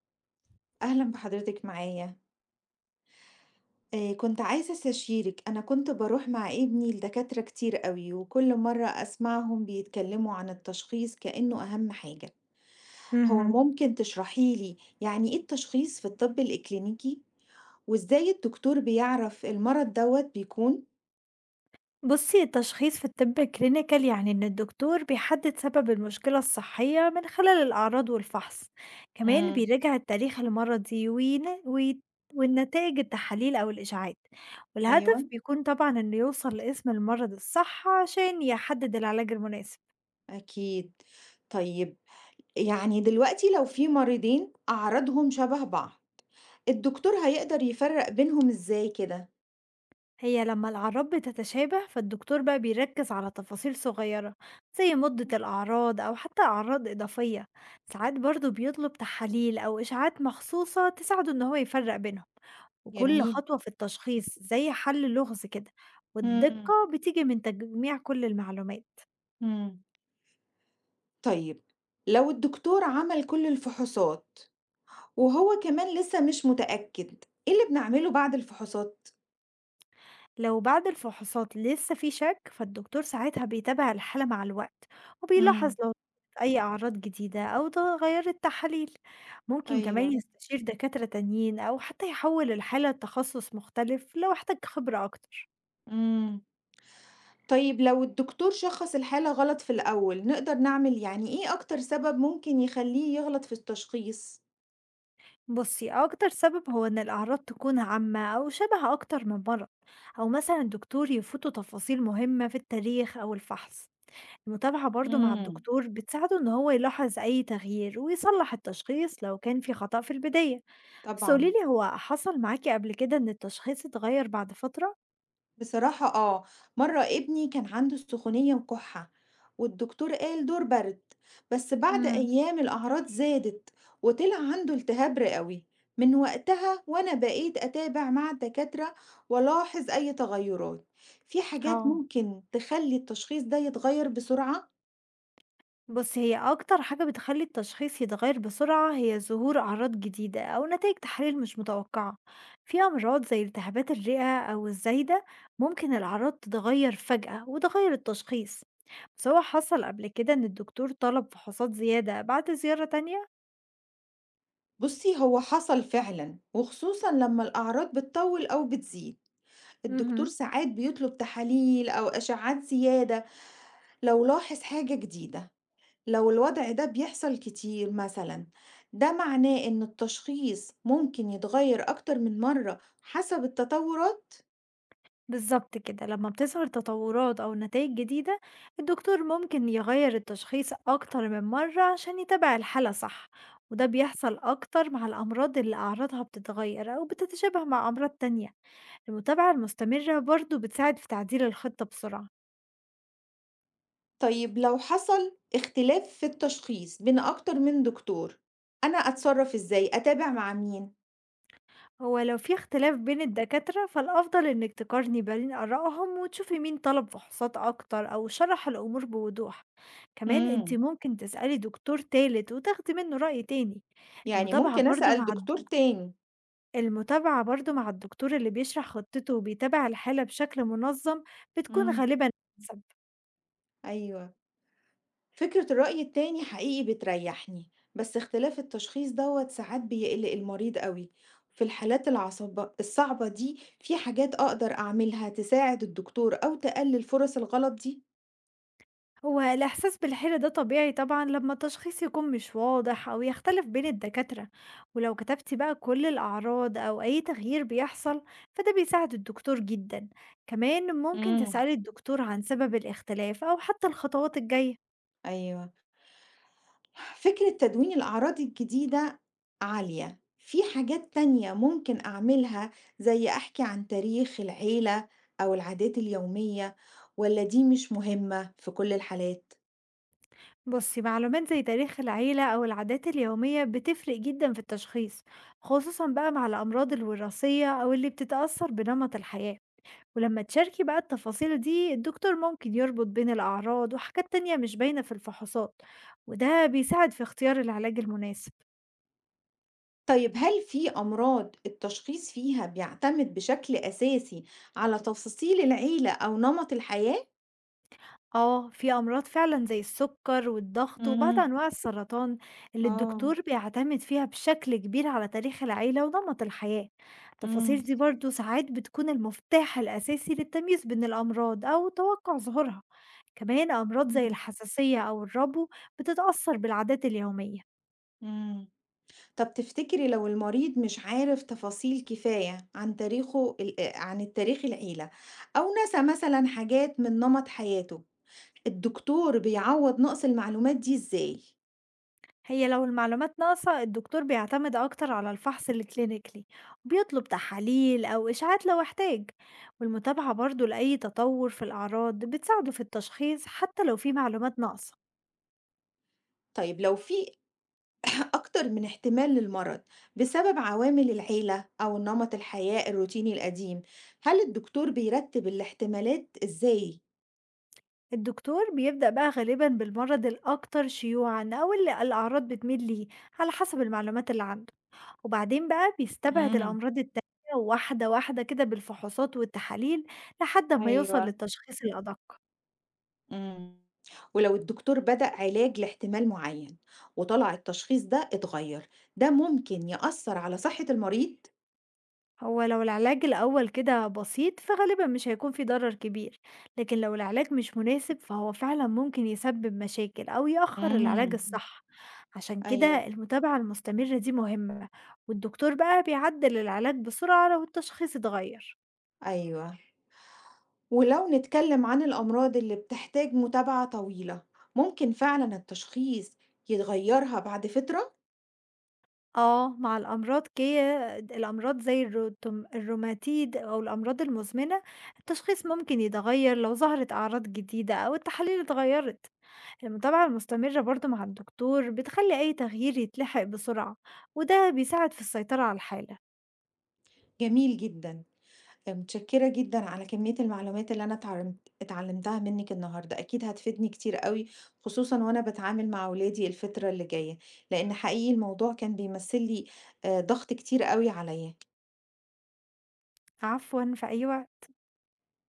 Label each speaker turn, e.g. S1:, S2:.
S1: أهلا بحضرتك معايا. كنت عايزة استشيرك. أنا كنت بروح مع ابني لدكاترة كتير قوي، وكل مرة أسمعهم بيتكلموا عن التشخيص كأنه أهم حاجة. هو
S2: اهم.
S1: ممكن تشرحيلي يعني إيه التشخيص في الطب الإكلينيكي، وإزاي الدكتور بيعرف المرض دوت بيكون؟
S2: بُصّي، التشخيص في الطب الclinical يعني إن الدكتور بيحدد سبب المشكلة الصحية من خلال الأعراض والفحص، كمان
S1: مم.
S2: بيراجع التاريخ المرضي وين ويت والنتائج التحاليل أو الإشعاعات، والهدف
S1: أيوة،
S2: بيكون طبعًا إنه يوصل لاسم المرض الصح عشان يحدد العلاج المناسب.
S1: أكيد. طيب، يعني دلوقتي لو في مريضين أعراضهم شبه بعض، الدكتور هيقدر يفرق بينهم إزاي كده؟
S2: هي لما الأعراض بتتشابه فالدكتور بقى بيركز على تفاصيل صغيرة زي مدة الأعراض أو حتى أعراض إضافية، ساعات برضو بيطلب تحاليل أو إشعاعات مخصوصة تساعده إن هو يفرق بينهم، وكل
S1: جميل.
S2: خطوة في التشخيص زي حل لغز كده، والدقة
S1: مم.
S2: بتيجي من تجميع كل المعلومات.
S1: مم. طيب، لو الدكتور عمل كل الفحوصات وهو كمان لسه مش متأكد، إيه اللي بنعمله بعد الفحوصات؟
S2: لو بعد الفحوصات لسه في شك فالدكتور ساعتها بيتابع الحالة مع الوقت، وبيلاحظ
S1: امم
S2: لو ظهرت أي أعراض جديدة أو تغير التحاليل. ممكن
S1: ايوه.
S2: كمان يستشير دكاترة تانيين أو حتى يحول الحالة لتخصص مختلف لو احتاج خبرة أكتر.
S1: امم طيب، لو الدكتور شخص الحالة غلط في الأول، نقدر نعمل يعني إيه أكتر سبب ممكن يخليه يغلط في التشخيص؟
S2: بصي أكتر سبب هو إن الأعراض تكون عامة أو شبه أكتر من مرض، أو مثلا الدكتور يفوته تفاصيل مهمة في التاريخ أو الفحص. المتابعة برضه مع
S1: امم
S2: الدكتور بتساعده إن هو يلاحظ أي تغيير ويصلح التشخيص لو كان في خطأ في البداية. بس
S1: طبعا.
S2: قوليلي، هو حصل معاكي قبل كده إن التشخيص اتغير بعد فترة؟
S1: بصراحة آه، مرة ابني كان عنده السخونية وكحة، والدكتور قال دور برد، بس بعد
S2: امم
S1: أيام الأعراض زادت، وطلع عنده التهاب رئوي. من وقتها وأنا بقيت أتابع مع الدكاترة وألاحظ أي تغيرات. في حاجات
S2: اه،
S1: ممكن تخلي التشخيص ده يتغير بسرعة؟
S2: بص، هي أكتر حاجة بتخلي التشخيص يتغير بسرعة هي ظهور أعراض جديدة أو نتائج تحاليل مش متوقعة. في أمراض زي التهابات الرئة أو الزايدة ممكن الأعراض تتغير فجأة وتغير التشخيص. بس هو حصل قبل كده إن الدكتور طلب فحوصات زيادة بعد زيارة تانية؟
S1: بصي، هو حصل فعلا، وخصوصا لما الأعراض بتطول أو بتزيد الدكتور
S2: مهم.
S1: ساعات بيطلب تحاليل أو أشعات زيادة لو لاحظ حاجة جديدة. لو الوضع ده بيحصل كتير مثلا، ده معناه إن التشخيص ممكن يتغير أكتر من مرة حسب التطورات.
S2: بالضبط كده، لمّا بتظهر تطورات أو نتايج جديدة، الدكتور ممكن يغيّر التشخيص أكتر من مرّة عشان يتابع الحالة صح، وده بيحصل أكتر مع الأمراض اللي أعراضها بتتغيّر أو بتتشابه مع أمراض تانية، المتابعة المستمرة برضه بتساعد في تعديل الخطة بسرعة.
S1: طيب، لو حصل اختلاف في التشخيص بين أكتر من دكتور، أنا أتصرف إزاي؟ أتابع مع مين؟
S2: هو لو في اختلاف بين الدكاترة فالأفضل إنك تقارني بين آرائهم وتشوفي مين طلب فحوصات أكتر أو شرح الأمور بوضوح. كمان انت
S1: امم
S2: ممكن تسألي دكتور تالت وتاخدي منه رأي تاني.
S1: يعني
S2: المتابعة
S1: ممكن
S2: برضو
S1: أسأل
S2: مع الد...
S1: دكتور تاني.
S2: المتابعة برضو مع الدكتور اللي بيشرح خطته وبيتابع الحالة بشكل منظم بتكون
S1: امم
S2: غالبا أحسن.
S1: أيوه، فكرة الرأي التاني حقيقي بتريحني، بس اختلاف التشخيص دوت ساعات بيقلق المريض قوي. في الحالات العصب الصعبة دي، في حاجات أقدر أعملها تساعد الدكتور أو تقلل فرص الغلط دي؟
S2: هو الإحساس بالحيرة ده طبيعي طبعا لما التشخيص يكون مش واضح أو يختلف بين الدكاترة، ولو كتبتي بقى كل الأعراض أو أي تغيير بيحصل فده بيساعد الدكتور جدا. كمان ممكن
S1: امم
S2: تسألي الدكتور عن سبب الاختلاف أو حتى الخطوات الجاية.
S1: أيوة، فكرة تدوين الأعراض الجديدة عالية. في حاجات تانية ممكن أعملها زي أحكي عن تاريخ العيلة أو العادات اليومية، ولا دي مش مهمة في كل الحالات؟
S2: بصي، معلومات زي تاريخ العيلة أو العادات اليومية بتفرق جدا في التشخيص، خصوصا بقى مع الأمراض الوراثية أو اللي بتتأثر بنمط الحياة. ولما تشاركي بقى التفاصيل دي الدكتور ممكن يربط بين الأعراض وحاجات تانية مش باينة في الفحوصات، وده بيساعد في اختيار العلاج المناسب.
S1: طيب، هل في أمراض التشخيص فيها بيعتمد بشكل أساسي على تفاصيل العيلة أو نمط الحياة؟
S2: اه، في أمراض فعلا زي السكر والضغط وبعض
S1: امم
S2: أنواع السرطان اللي
S1: اه.
S2: الدكتور بيعتمد فيها بشكل كبير على تاريخ العيلة ونمط الحياة.
S1: امم
S2: التفاصيل دي برضو ساعات بتكون المفتاح الأساسي للتمييز بين الأمراض أو توقع ظهورها. كمان أمراض زي
S1: امم
S2: الحساسية أو الربو بتتأثر بالعادات اليومية.
S1: امم طب تفتكري لو المريض مش عارف تفاصيل كفاية عن تاريخه عن التاريخ العيلة، أو نسى مثلا حاجات من نمط حياته، الدكتور بيعوض نقص المعلومات دي إزاي؟
S2: هي لو المعلومات ناقصة الدكتور بيعتمد أكتر على الفحص الكلينيكلي، وبيطلب تحاليل أو إشعاعات لو احتاج، والمتابعة برضو لأي تطور في الأعراض بتساعده في التشخيص حتى لو في معلومات ناقصة.
S1: طيب، لو في أكتر من احتمال للمرض بسبب عوامل العيلة أو نمط الحياة الروتيني القديم، هل الدكتور بيرتب الاحتمالات إزاي؟
S2: الدكتور بيبدأ بقى غالبا بالمرض الأكثر شيوعا أو اللي الأعراض بتميل ليه على حسب المعلومات اللي عنده، وبعدين بقى بيستبعد
S1: امم
S2: الأمراض التانية واحدة واحدة كده بالفحوصات والتحاليل لحد ما يوصل
S1: ايوه.
S2: للتشخيص الأدق.
S1: مم. ولو الدكتور بدأ علاج لاحتمال معين، وطلع التشخيص ده اتغير، ده ممكن يأثر على صحة المريض؟
S2: هو لو العلاج الأول كده بسيط فغالبا مش هيكون في ضرر كبير، لكن لو العلاج مش مناسب فهو فعلا ممكن يسبب مشاكل أو يأخر العلاج
S1: امم
S2: الصح. عشان
S1: ايوه.
S2: كده المتابعة المستمرة دي مهمة، والدكتور بقى بيعدل العلاج بسرعة لو التشخيص اتغير.
S1: أيوة، ولو نتكلم عن الأمراض اللي بتحتاج متابعة طويلة، ممكن فعلا التشخيص يتغيرها بعد فترة؟
S2: اه، مع الأمراض كي الروماتيد أو الأمراض المزمنة التشخيص ممكن يتغير لو ظهرت أعراض جديدة أو التحاليل اتغيرت. المتابعة المستمرة برضو مع الدكتور بتخلي أي تغيير يتلحق بسرعة، وده بيساعد في السيطرة على الحالة.
S1: جميل جدًا، متشكرة جدًا على كمية المعلومات اللي أنا اتعلمتها منِك النهارده، أكيد هتفيدني كتير أوي، خصوصًا وأنا باتعامل مع ولادي الفترة اللي جاية، لإن حقيقي الموضوع كان بيمثل لي ضغط كتير أوي عليَّ.
S2: عفوا، في أي وقت.